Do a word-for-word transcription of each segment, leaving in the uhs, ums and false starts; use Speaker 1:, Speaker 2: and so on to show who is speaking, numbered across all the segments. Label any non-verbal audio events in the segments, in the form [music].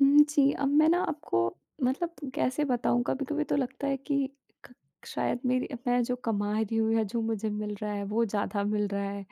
Speaker 1: हुँ, जी, अब मैं ना आपको मतलब कैसे बताऊँ, कभी-कभी तो लगता है कि क शायद मेरी मैं जो कमा रही हूँ या जो मुझे मिल रहा है, वो ज़्यादा मिल रहा है।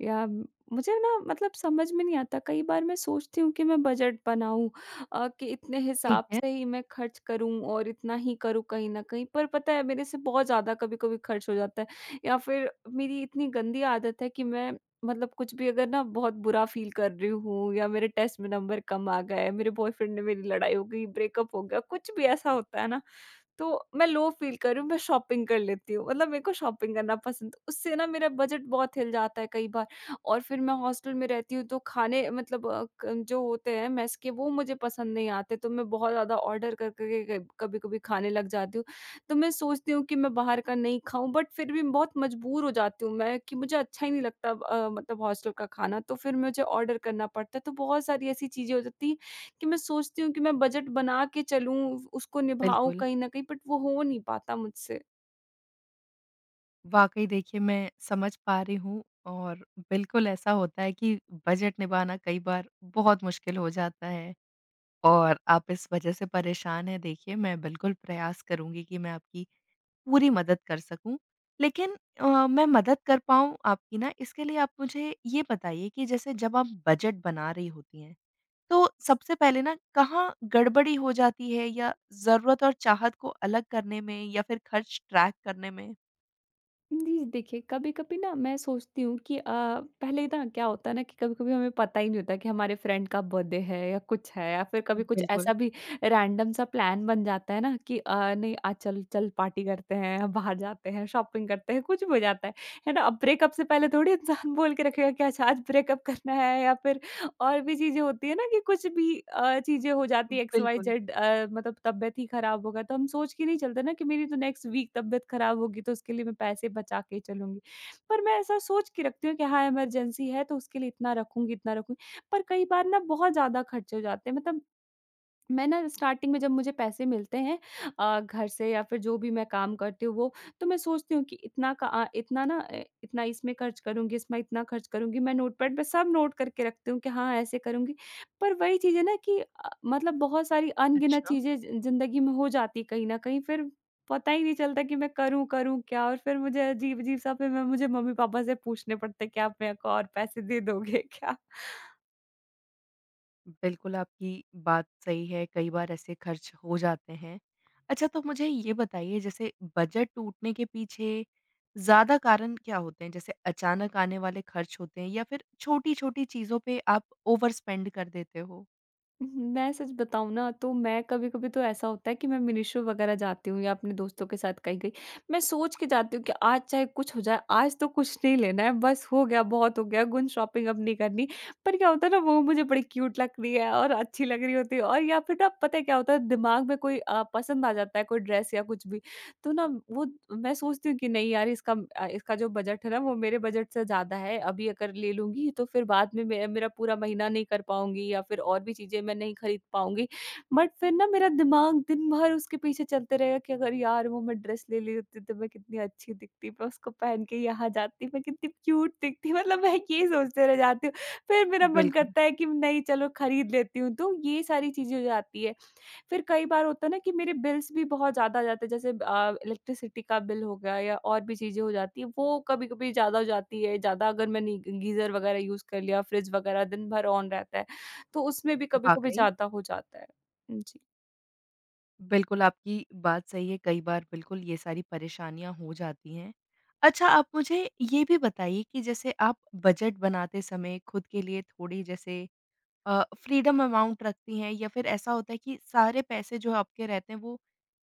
Speaker 1: या मुझे ना मतलब समझ में नहीं आता। कई बार मैं सोचती हूँ कि मैं बजट बनाऊँ, अ, कि इतने
Speaker 2: ठीक
Speaker 1: हिसाब
Speaker 2: है,
Speaker 1: से ही मैं खर्च करूँ और इतना ही करूँ कहीं न कहीं, पर पता है मेरे से बहुत ज़्यादा कभी-कभी खर्च हो जाता है या फिर मेरी इतनी गंदी आदत है कि मैं मतलब कुछ भी अगर ना बहुत बुरा फ़ील कर रही हूँ या मेरे टेस्ट में नंबर कम आ गए, मेरे बॉयफ्रेंड ने मेरी लड़ाई हो गई, ब्रेकअप हो गया, कुछ भी ऐसा होता है ना, तो मैं लो फ़ील कर रही हूँ, मैं शॉपिंग कर लेती हूँ। मतलब मेरे को शॉपिंग करना पसंद, उससे ना मेरा बजट बहुत हिल जाता है कई बार। और फिर मैं हॉस्टल में रहती हूँ तो खाने मतलब अ, क जो होते हैं मेस के वो मुझे पसंद नहीं आते, तो मैं बहुत ज़्यादा ऑर्डर कर, कर के कभी-कभी खाने लग जाती हूँ। तो मैं सोचती हूँ कि मैं बाहर का नहीं खाऊँ, बट फिर भी बहुत मजबूर हो जाती हूँ मैं कि मुझे अच्छा ही नहीं लगता, अ, मतलब हॉस्टल का खाना, तो फिर मुझे ऑर्डर करना पड़ता है। तो बहुत सारी ऐसी चीज़ें हो जाती हैं कि मैं सोचती हूँ कि मैं बजट बना के चलूँ, उसको निभाऊँ
Speaker 2: बिल्कुल।
Speaker 1: कहीं न कहीं, बट वो हो नहीं पाता मुझसे।
Speaker 2: वाक़ई देखिए मैं समझ पा रही हूँ और बिल्कुल ऐसा होता है कि बजट निभाना कई बार बहुत मुश्किल हो जाता है और आप इस वज़ह से परेशान हैं। देखिए, मैं बिल्कुल प्रयास करूँगी कि मैं आपकी पूरी मदद कर सकूँ। लेकिन अ, मैं मदद कर पाऊँ आपकी ना, इसके लिए आप मुझे ये बताइए कि जैसे जब आप बजट बना रही होती हैं, तो सबसे पहले ना कहाँ गड़बड़ी हो जाती है, या ज़रूरत और चाहत को अलग करने में, या फिर खर्च ट्रैक करने में?
Speaker 1: जी, देखिए कभी-कभी ना मैं सोचती हूँ कि अ, पहले ना क्या होता है ना कि कभी-कभी हमें पता ही नहीं होता कि हमारे फ्रेंड का बर्थडे है या कुछ है, या फिर कभी कुछ
Speaker 2: बिल्कुल,
Speaker 1: ऐसा भी रैंडम सा प्लान बन जाता है ना कि अ, नहीं आज चल चल पार्टी करते हैं, बाहर जाते हैं, शॉपिंग करते हैं, कुछ भी हो जाता है। है ना? अब ब्रेकअप से पहले थोड़ी इंसान बोल के रखेगा कि अच्छा आज ब्रेकअप करना है, या फिर और भी चीज़ें होती है ना कि कुछ भी अ, चीज़ें हो जाती है, एक्स वाई
Speaker 2: बिल्कुल।
Speaker 1: ज़ेड, अ, मतलब तबियत ही खराब होगा, तो हम सोच के नहीं चलते ना कि मेरी तो नेक्स्ट वीक तबियत खराब होगी तो उसके लिए मैं पैसे बचा के चलूँगी। पर मैं ऐसा सोच के रखती हूँ कि हाँ, इमरजेंसी है तो उसके लिए इतना रखूँगी, इतना रखूँगी। पर कई बार ना बहुत ज़्यादा खर्चे हो जाते हैं, मतलब मैं ना स्टार्टिंग में जब मुझे पैसे मिलते हैं अ, घर से या फिर जो भी मैं काम करती हूँ वो, तो मैं सोचती हूँ कि इतना का अ, इतना ना अ, इतना इसमें खर्च करूँगी, इसमें इतना खर्च करूँगी। मैं नोटपैड पे सब नोट करके रखती हूँ कि हाँ, ऐसे करूँगी। पर वही चीज़ है ना कि अ, मतलब बहुत सारी अनगिनत
Speaker 2: अच्छा,
Speaker 1: चीज़ें ज़ि ज़िंदगी में हो जाती हैं कहीं न कहीं, फिर पता ही नहीं चलता कि मैं करूँ, करूँ क्या? और फिर मुझे अजीब-अजीब सा, फिर मैं मुझे मम्मी-पापा से पूछने पड़ते हैं कि, "आप मेरे को और पैसे दे दोगे [laughs] क्या?"
Speaker 2: बिल्कुल आपकी बात सही है, कई बार ऐसे खर्च हो जाते हैं। अच्छा, तो मुझे ये बताइए, जैसे बजट टूटने के पीछे ज़्यादा कारण क्या होते हैं? जैसे अचानक आने वाले खर्च होते हैं, या फिर छोटी-छोटी चीज़ों पे आप ओवर स्पेंड कर देते हो?
Speaker 1: मैं सच बताऊँ ना, तो मैं कभी-कभी तो ऐसा होता है कि मैं मिनिशो वगैरह जाती हूँ या अपने दोस्तों के साथ कहीं गई, मैं सोच के जाती हूँ कि आज चाहे कुछ हो जाए, आज तो कुछ नहीं लेना है, बस हो गया, बहुत हो गया, गुन शॉपिंग अब नहीं करनी। पर क्या होता है ना, वो मुझे बड़ी क्यूट लग रही है और अच्छी लग रही होती है, और या फिर ना पता है क्या होता है दिमाग में, कोई अ, पसंद आ जाता है कोई ड्रेस या कुछ भी। तो ना वो मैं सोचती हूँ कि नहीं यार, इसका अ, इसका जो बजट है ना, वो मेरे बजट से ज़्यादा है, अभी अगर ले लूँगी तो फिर बाद में मे मेरा पूरा महीना नहीं कर पाऊँगी या फिर और भी चीज़ें मैं नहीं खरीद पाऊँगी। बट फिर ना मेरा दिमाग दिन भर उसके पीछे चलते रहेगा कि अगर यार वो मैं ड्रेस ले लेती तो मैं कितनी अच्छी दिखती, मैं उसको पहन के यहाँ जाती, मैं कितनी क्यूट दिखती, मतलब मैं ये सोचते रह जाती हूँ। फिर मेरा मन
Speaker 2: बिल्कुल,
Speaker 1: करता है कि नहीं चलो खरीद लेती हूँ, तो ये सारी चीज़ें हो जाती है। फिर कई बार होता है ना कि मेरे बिल्स भी बहुत ज़्यादा आ जाते हैं, जैसे अ, इलेक्ट्रिसिटी का बिल हो गया या और भी चीज़ें हो जाती हैं, वो कभी-कभी ज़्यादा हो जाती है, ज़्यादा अगर मैंने गीज़र वगैरह यूज़ कर लिया, फ्रिज वगैरह दिन भर ऑन रहता है, तो उसमें भी कभी-कभी
Speaker 2: वाक़ई।
Speaker 1: ज़्यादा हो जाता है। जी।
Speaker 2: बिल्कुल, आपकी बात सही है, कई बार बिल्कुल ये सारी परेशानियाँ हो जाती हैं। अच्छा, आप मुझे ये भी बताइए कि जैसे आप बजट बनाते समय खुद के लिए थोड़ी जैसे अ, फ्रीडम अमाउंट रखती हैं, या फिर ऐसा होता है कि सारे पैसे जो आपके रहते हैं, वो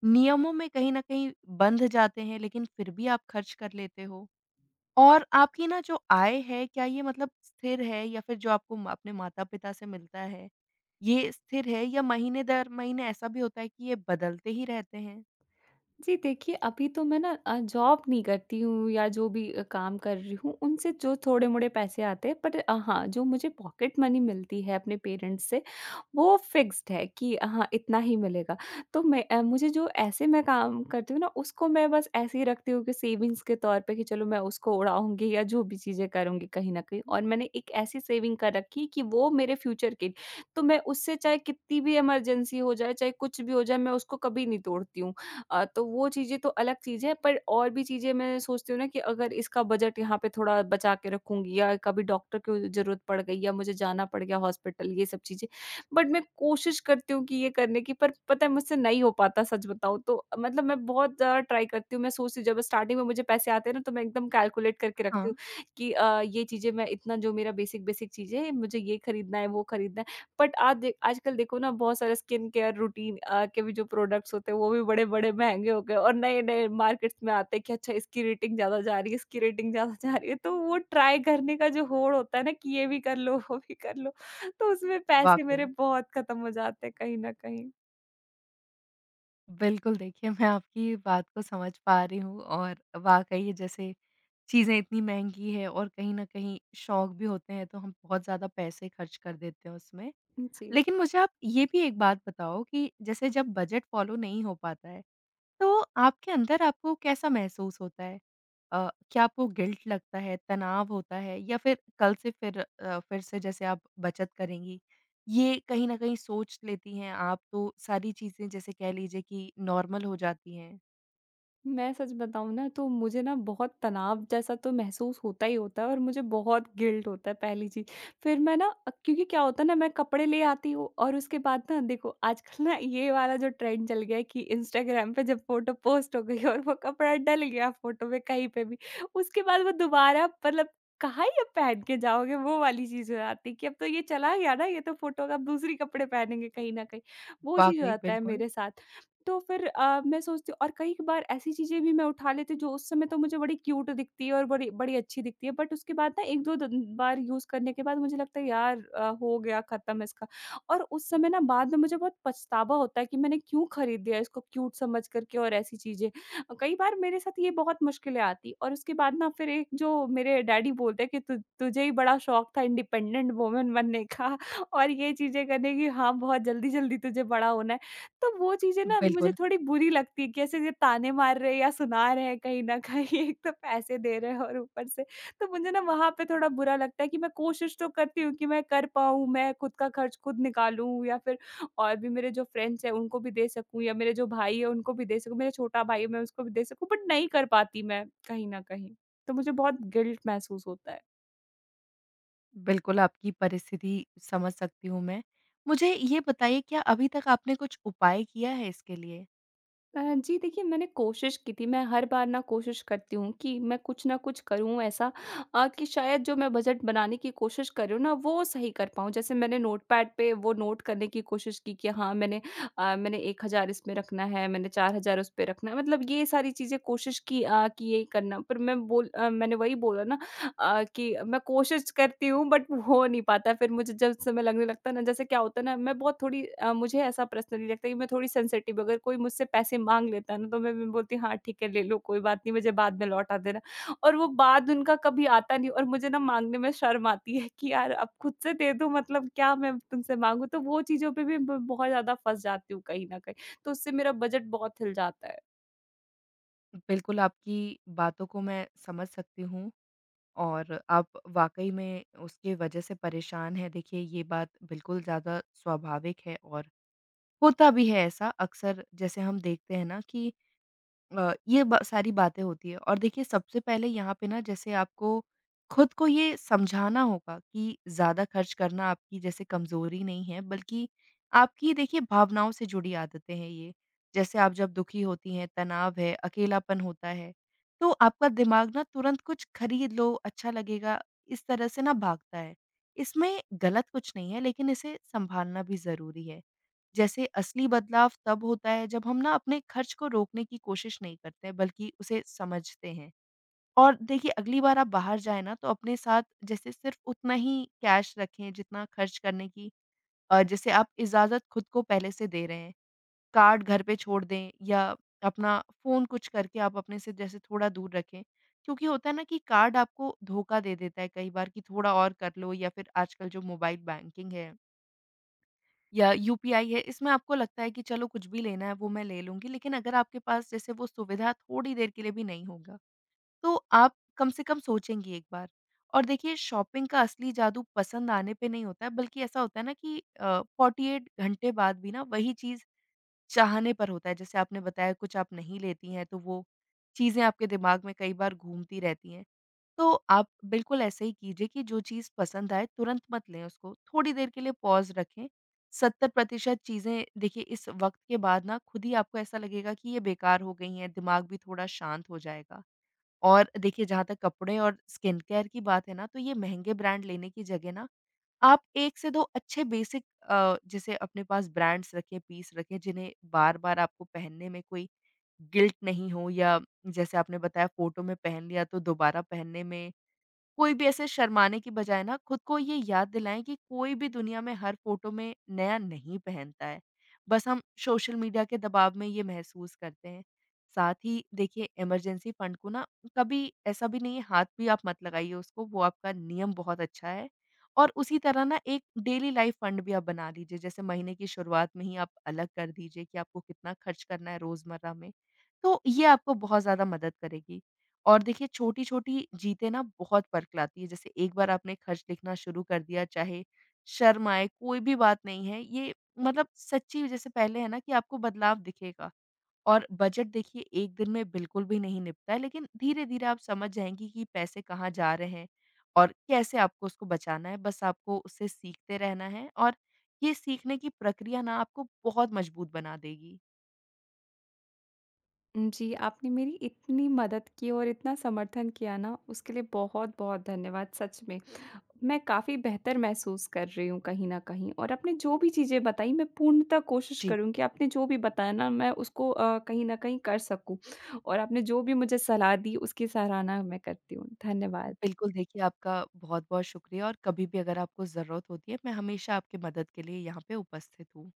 Speaker 2: नियमों में कहीं न कहीं बंध जाते हैं, लेकिन फिर भी आप खर्च कर लेते हो? और आपकी ना जो आय है, क्या ये मतलब स्थिर है, या फिर जो आपको म अपने माता-पिता से मिलता है, ये स्थिर है या महीने दर महीने ऐसा भी होता है कि ये बदलते ही रहते हैं?
Speaker 1: जी, देखिए अभी तो मैं ना अ, जॉब नहीं करती हूँ, या जो भी अ, काम कर रही हूँ, उनसे जो थोड़े-मोड़े पैसे आते हैं, पर अ, हाँ, जो मुझे पॉकेट मनी मिलती है अपने पेरेंट्स से, वो फ़िक्स्ड है कि हाँ, इतना ही मिलेगा। तो मैं अ, मुझे जो ऐसे मैं काम करती हूँ ना, उसको मैं बस ऐसे ही रखती हूँ कि सेविंग्स के तौर पे कि चलो मैं उसको उड़ाऊँगी या जो भी चीज़ें करूँगी कहीं न कहीं, और मैंने एक ऐसी सेविंग कर रखी कि वो मेरे फ्यूचर के लिए, तो मैं उससे चाहे कितनी भी इमरजेंसी हो जाए, चाहे कुछ भी हो जाए, मैं उसको कभी नहीं तोड़ती हूँ। अ, तो वो चीज़ें तो अलग चीज़ है, पर और भी चीज़ें मैं सोचती हूँ ना कि अगर इसका बजट यहाँ पे थोड़ा बचा के रखूँगी, या कभी डॉक्टर की ज़रूरत पड़ गई, या मुझे जाना पड़ गया हॉस्पिटल, ये सब चीज़ें। बट मैं कोशिश करती हूँ कि ये करने की, पर पता है मुझसे नहीं हो पाता सच बताऊँ तो। मतलब मैं बहुत ज़्यादा ट्राई करती हूँ, मैं सोचती हूँ जब स्टार्टिंग में मुझे पैसे आते हैं ना तो मैं एकदम कैलकुलेट करके
Speaker 2: हाँ,
Speaker 1: रखती हूँ कि अ, ये चीज़ें मैं इतना जो मेरा बेसिक-बेसिक चीज़ें हैं, मुझे ये खरीदना है, वो खरीदना है। बट आज दे आजकल देखो ना बहुत सारे स्किन केयर रूटीन अ, के भी जो प्रोडक्ट्स होते हैं वो भी बड़े-बड़े महँगे हो गए और नए-नए मार्केट्स में आते हैं कि अच्छा इसकी रेटिंग ज़्यादा जा रही है, इसकी रेटिंग ज़्यादा जा रही है। तो वो ट्राई करने का जो होड़ होता है ना कि ये भी कर लो, वो भी कर लो, तो उसमें पैसे
Speaker 2: वाक़ई।
Speaker 1: मेरे बहुत खत्म हो जाते हैं कहीं न कहीं।
Speaker 2: बिल्कुल, देखिए मैं आपकी बात को समझ पा रही हूँ और वाक़ई ये जैसे चीज़ें इतनी महँगी हैं और कहीं न कहीं शौक भी होते हैं, तो हम बहुत ज़्यादा पैसे खर्च कर देते हैं उसमें।
Speaker 1: जी।
Speaker 2: लेकिन मुझे आप ये भी एक बात बताओ कि जैसे जब बजट फ़ॉलो नहीं हो पाता है, तो आपके अंदर आपको कैसा महसूस होता है? अ, क्या आपको गिल्ट लगता है, तनाव होता है, या फिर कल से फिर अ, फिर से जैसे आप बचत करेंगी, ये कहीं न कहीं सोच लेती हैं आप, तो सारी चीज़ें जैसे कह लीजिए कि नॉर्मल हो जाती हैं?
Speaker 1: मैं सच बताऊँ ना, तो मुझे ना बहुत तनाव जैसा तो महसूस होता ही होता है, और मुझे बहुत गिल्ट होता है पहली चीज़। फिर मैं ना अ, क्योंकि क्या होता है ना मैं कपड़े ले आती हूँ, और उसके बाद ना देखो आजकल ना ये वाला जो ट्रेंड चल गया है कि इंस्टाग्राम पे जब फ़ोटो पोस्ट हो गई [laughs] और वो कपड़ा डल गया फ़ोटो में कहीं पे भी, उसके बाद वो दोबारा मतलब कहाँ ही अब पहन के जाओगे, वो वाली चीज़ हो जाती है कि अब तो ये चला गया ना, ये तो फ़ोटो अब दूसरी कपड़े पहनेंगे कहीं न कहीं। वो चीज़ हो
Speaker 2: वाक़ई,
Speaker 1: जाता है
Speaker 2: बिल्कुल।
Speaker 1: मेरे साथ। तो फिर अ, मैं सोचती हूँ, और कई बार ऐसी चीज़ें भी मैं उठा लेती हूँ जो उस समय तो मुझे बड़ी क्यूट दिखती है और बड़ी बड़ी अच्छी दिखती है, बट उसके बाद ना एक दो दिन बार यूज़ करने के बाद मुझे लगता है यार अ, हो गया ख़त्म इसका, और उस समय ना बाद में मुझे बहुत पछतावा होता है कि मैंने क्यों खरीद लिया इसको क्यूट समझ करके, और ऐसी चीज़ें। अ, कई बार मेरे साथ ये बहुत मुश्किलें आती, और उसके बाद ना फिर एक जो मेरे डैडी बोलते हैं कि तु तुझे ही बड़ा शौक था इंडिपेंडेंट वुमन बनने का [laughs] और ये चीज़ें करने की, हाँ, बहुत जल्दी-जल्दी तुझे बड़ा होना है। तो वो चीज़ें ना मुझे
Speaker 2: बिल्कुल,
Speaker 1: थोड़ी बुरी लगती है कि ऐसे ये ताने मार रहे हैं या सुना रहे हैं कहीं न कहीं, [laughs] एक तो पैसे दे रहे हैं और ऊपर से, तो मुझे ना वहाँ पे थोड़ा बुरा लगता है कि मैं कोशिश तो करती हूँ कि मैं कर पाऊँ, मैं खुद का खर्च खुद निकालूँ, या फिर और भी मेरे जो फ्रेंड्स हैं उनको भी दे सकूँ या मेरे जो भाई है उनको भी दे सकूँ, मेरा छोटा भाई है मैं उसको भी दे सकूँ, बट नहीं कर पाती मैं कहीं न कहीं। तो मुझे बहुत गिल्ट महसूस होता है।
Speaker 2: बिल्कुल आपकी परिस्थिति समझ सकती हूँ मैं। मुझे ये बताइए, क्या अभी तक आपने कुछ उपाय किया है इसके लिए?
Speaker 1: अ, जी देखिए मैंने कोशिश की थी, मैं हर बार ना कोशिश करती हूँ कि मैं कुछ न कुछ करूँ ऐसा, अ, कि शायद जो मैं बजट बनाने की कोशिश कर रही हूँ ना वो सही कर पाऊँ। जैसे मैंने नोटपैड पे वो नोट करने की कोशिश की कि हाँ मैंने अ, मैंने एक हज़ार इसमें रखना है, मैंने चार हज़ार उस पे रखना है। मतलब ये सारी चीज़ें कोशिश की, अ, कि ये करना, पर मैं बोल अ, मैंने वही बोला ना, अ, कि मैं कोशिश करती हूँ बट हो नहीं पाता है। फिर मुझे जब समय लगने लगता है ना, जैसे क्या होता है ना मैं बहुत थोड़ी, अ, मुझे ऐसा पर्सनली लगता है कि मैं थोड़ी सेंसिटिव, अगर कोई मुझसे पैसे माँग लेता है ना तो मैं मैं बोलती हूँ हाँ, ठीक है ले लो कोई बात नहीं, मुझे बाद में लौटा देना। और वो बाद उनका कभी आता नहीं, और मुझे ना माँगने में शर्म आती है कि यार अब खुद से दे दो, मतलब क्या मैं तुमसे माँगू? तो वो चीज़ों पे भी ब बहुत ज़्यादा फँस जाती हूँ कहीं न कहीं। तो उससे मेरा बजट बहुत हिल जाता है।
Speaker 2: बिल्कुल आपकी बातों को मैं समझ सकती हूँ। और आप वाक़ई में उसके वजह से परेशान हैं। देखिए, ये बात बिल्कुल ज़्यादा स्वाभाविक है और होता भी है ऐसा अक्सर, जैसे हम देखते हैं ना कि अ, ये ब सारी बातें होती हैं, और देखिए सबसे पहले यहाँ पे ना, जैसे आपको खुद को ये समझाना होगा कि ज़्यादा खर्च करना आपकी जैसे कमज़ोरी नहीं है, बल्कि आपकी देखिए भावनाओं से जुड़ी आदतें हैं ये। जैसे आप जब दुखी होती हैं, तनाव है, अकेलापन होता है, तो आपका दिमाग ना तुरंत कुछ खरीद लो, अच्छा लगेगा, इस तरह से ना भागता है। इसमें गलत कुछ नहीं है, लेकिन इसे सँभालना भी ज़रूरी है। जैसे असली बदलाव तब होता है जब हम ना अपने खर्च को रोकने की कोशिश नहीं करते हैं, बल्कि उसे समझते हैं। और देखिए, अगली बार आप बाहर जाएँ ना, तो अपने साथ जैसे सिर्फ़ उतना ही कैश रखें जितना खर्च करने की अ, जैसे आप इजाज़त खुद को पहले से दे रहे हैं। कार्ड घर पे छोड़ दें, या अपना फ़ोन कुछ करके आप अपने से जैसे थोड़ा दूर रखें। क्योंकि होता है ना कि कार्ड आपको धोखा दे देता है कई बार, कि थोड़ा और कर लो, या फिर आजकल जो मोबाइल बैंकिंग है या यूपीआई है, इसमें आपको लगता है कि चलो कुछ भी लेना है वो मैं ले लूँगी, लेकिन अगर आपके पास जैसे वो सुविधा थोड़ी देर के लिए भी नहीं होगा, तो आप कम से कम सोचेंगी एक बार। और देखिए, शॉपिंग का असली जादू पसंद आने पे नहीं होता है, बल्कि ऐसा होता है ना कि अ, फ़ॉर्टी एट घंटे बाद भी ना वही चीज़ चाहने पर होता है। जैसे आपने बताया कुछ आप नहीं लेती हैं, तो वो चीज़ें आपके दिमाग में कई बार घूमती रहती हैं। तो आप बिल्कुल ऐसे ही कीजिए कि जो चीज़ पसंद आए तुरंत मत लें उसको, थोड़ी देर के लिए पॉज़ रखें। सत्तर प्रतिशत चीज़ें देखिए इस वक़्त के बाद ना खुद ही आपको ऐसा लगेगा कि ये बेकार हो गई हैं, दिमाग भी थोड़ा शांत हो जाएगा। और देखिए, जहाँ तक कपड़े और स्किन केयर की बात है ना, तो ये महँगे ब्रांड लेने की जगह ना आप एक से दो अच्छे बेसिक अ, जैसे अपने पास ब्रांड्स रखें, पीस रखें, जिन्हें बार-बार आपको पहनने में कोई गिल्ट नहीं हो, या जैसे आपने बताया फ़ोटो में पहन लिया तो दोबारा पहनने में कोई भी ऐसे शर्माने की बजाय ना खुद को ये याद दिलाएं कि कोई भी दुनिया में हर फोटो में नया नहीं पहनता है। बस हम सोशल मीडिया के दबाव में ये महसूस करते हैं। साथ ही देखिए, इमरजेंसी फंड को ना कभी ऐसा भी नहीं है, हाथ भी आप मत लगाइए उसको, वो आपका नियम बहुत अच्छा है। और उसी तरह ना एक डेली लाइफ फंड भी आप बना लीजिए, जैसे महीने की शुरुआत में ही आप अलग कर दीजिए कि आपको कितना खर्च करना है रोज़मर्रा में। तो ये आपको बहुत ज़्यादा मदद करेगी। और देखिए, छोटी-छोटी जीतें ना बहुत फ़र्क लाती है। जैसे एक बार आपने खत लिखना शुरू कर दिया, चाहे शर्म आए, कोई भी बात नहीं है। ये मतलब सच्ची जैसे पहले है ना कि आपको बदलाव दिखेगा। और बजट देखिए एक दिन में बिल्कुल भी नहीं निपटा है, लेकिन धीरे-धीरे आप समझ जाएँगी कि पैसे कहाँ जा रहे हैं और कैसे आपको उसको बचाना है। बस आपको उससे सीखते रहना है, और ये सीखने की प्रक्रिया ना आपको बहुत मजबूत बना देगी।
Speaker 1: जी, आपने मेरी इतनी मदद की और इतना समर्थन किया ना, उसके लिए बहुत-बहुत धन्यवाद सच में। मैं काफ़ी बेहतर महसूस कर रही हूँ कहीं न कहीं, और आपने जो भी चीज़ें बताई मैं पूर्णतः कोशिश
Speaker 2: जी।
Speaker 1: करूँगी, आपने जो भी बताया ना मैं उसको अ, कहीं न कहीं कर सकूँ, और आपने जो भी मुझे सलाह दी उसकी सराहना मैं करती हूँ। धन्यवाद।
Speaker 2: बिल्कुल, देखिए आपका बहुत-बहुत शुक्रिया, और कभी भी अगर आपको ज़रूरत होती है, मैं हमेशा आपकी मदद के लिए यहाँ पे उपस्थित हूँ।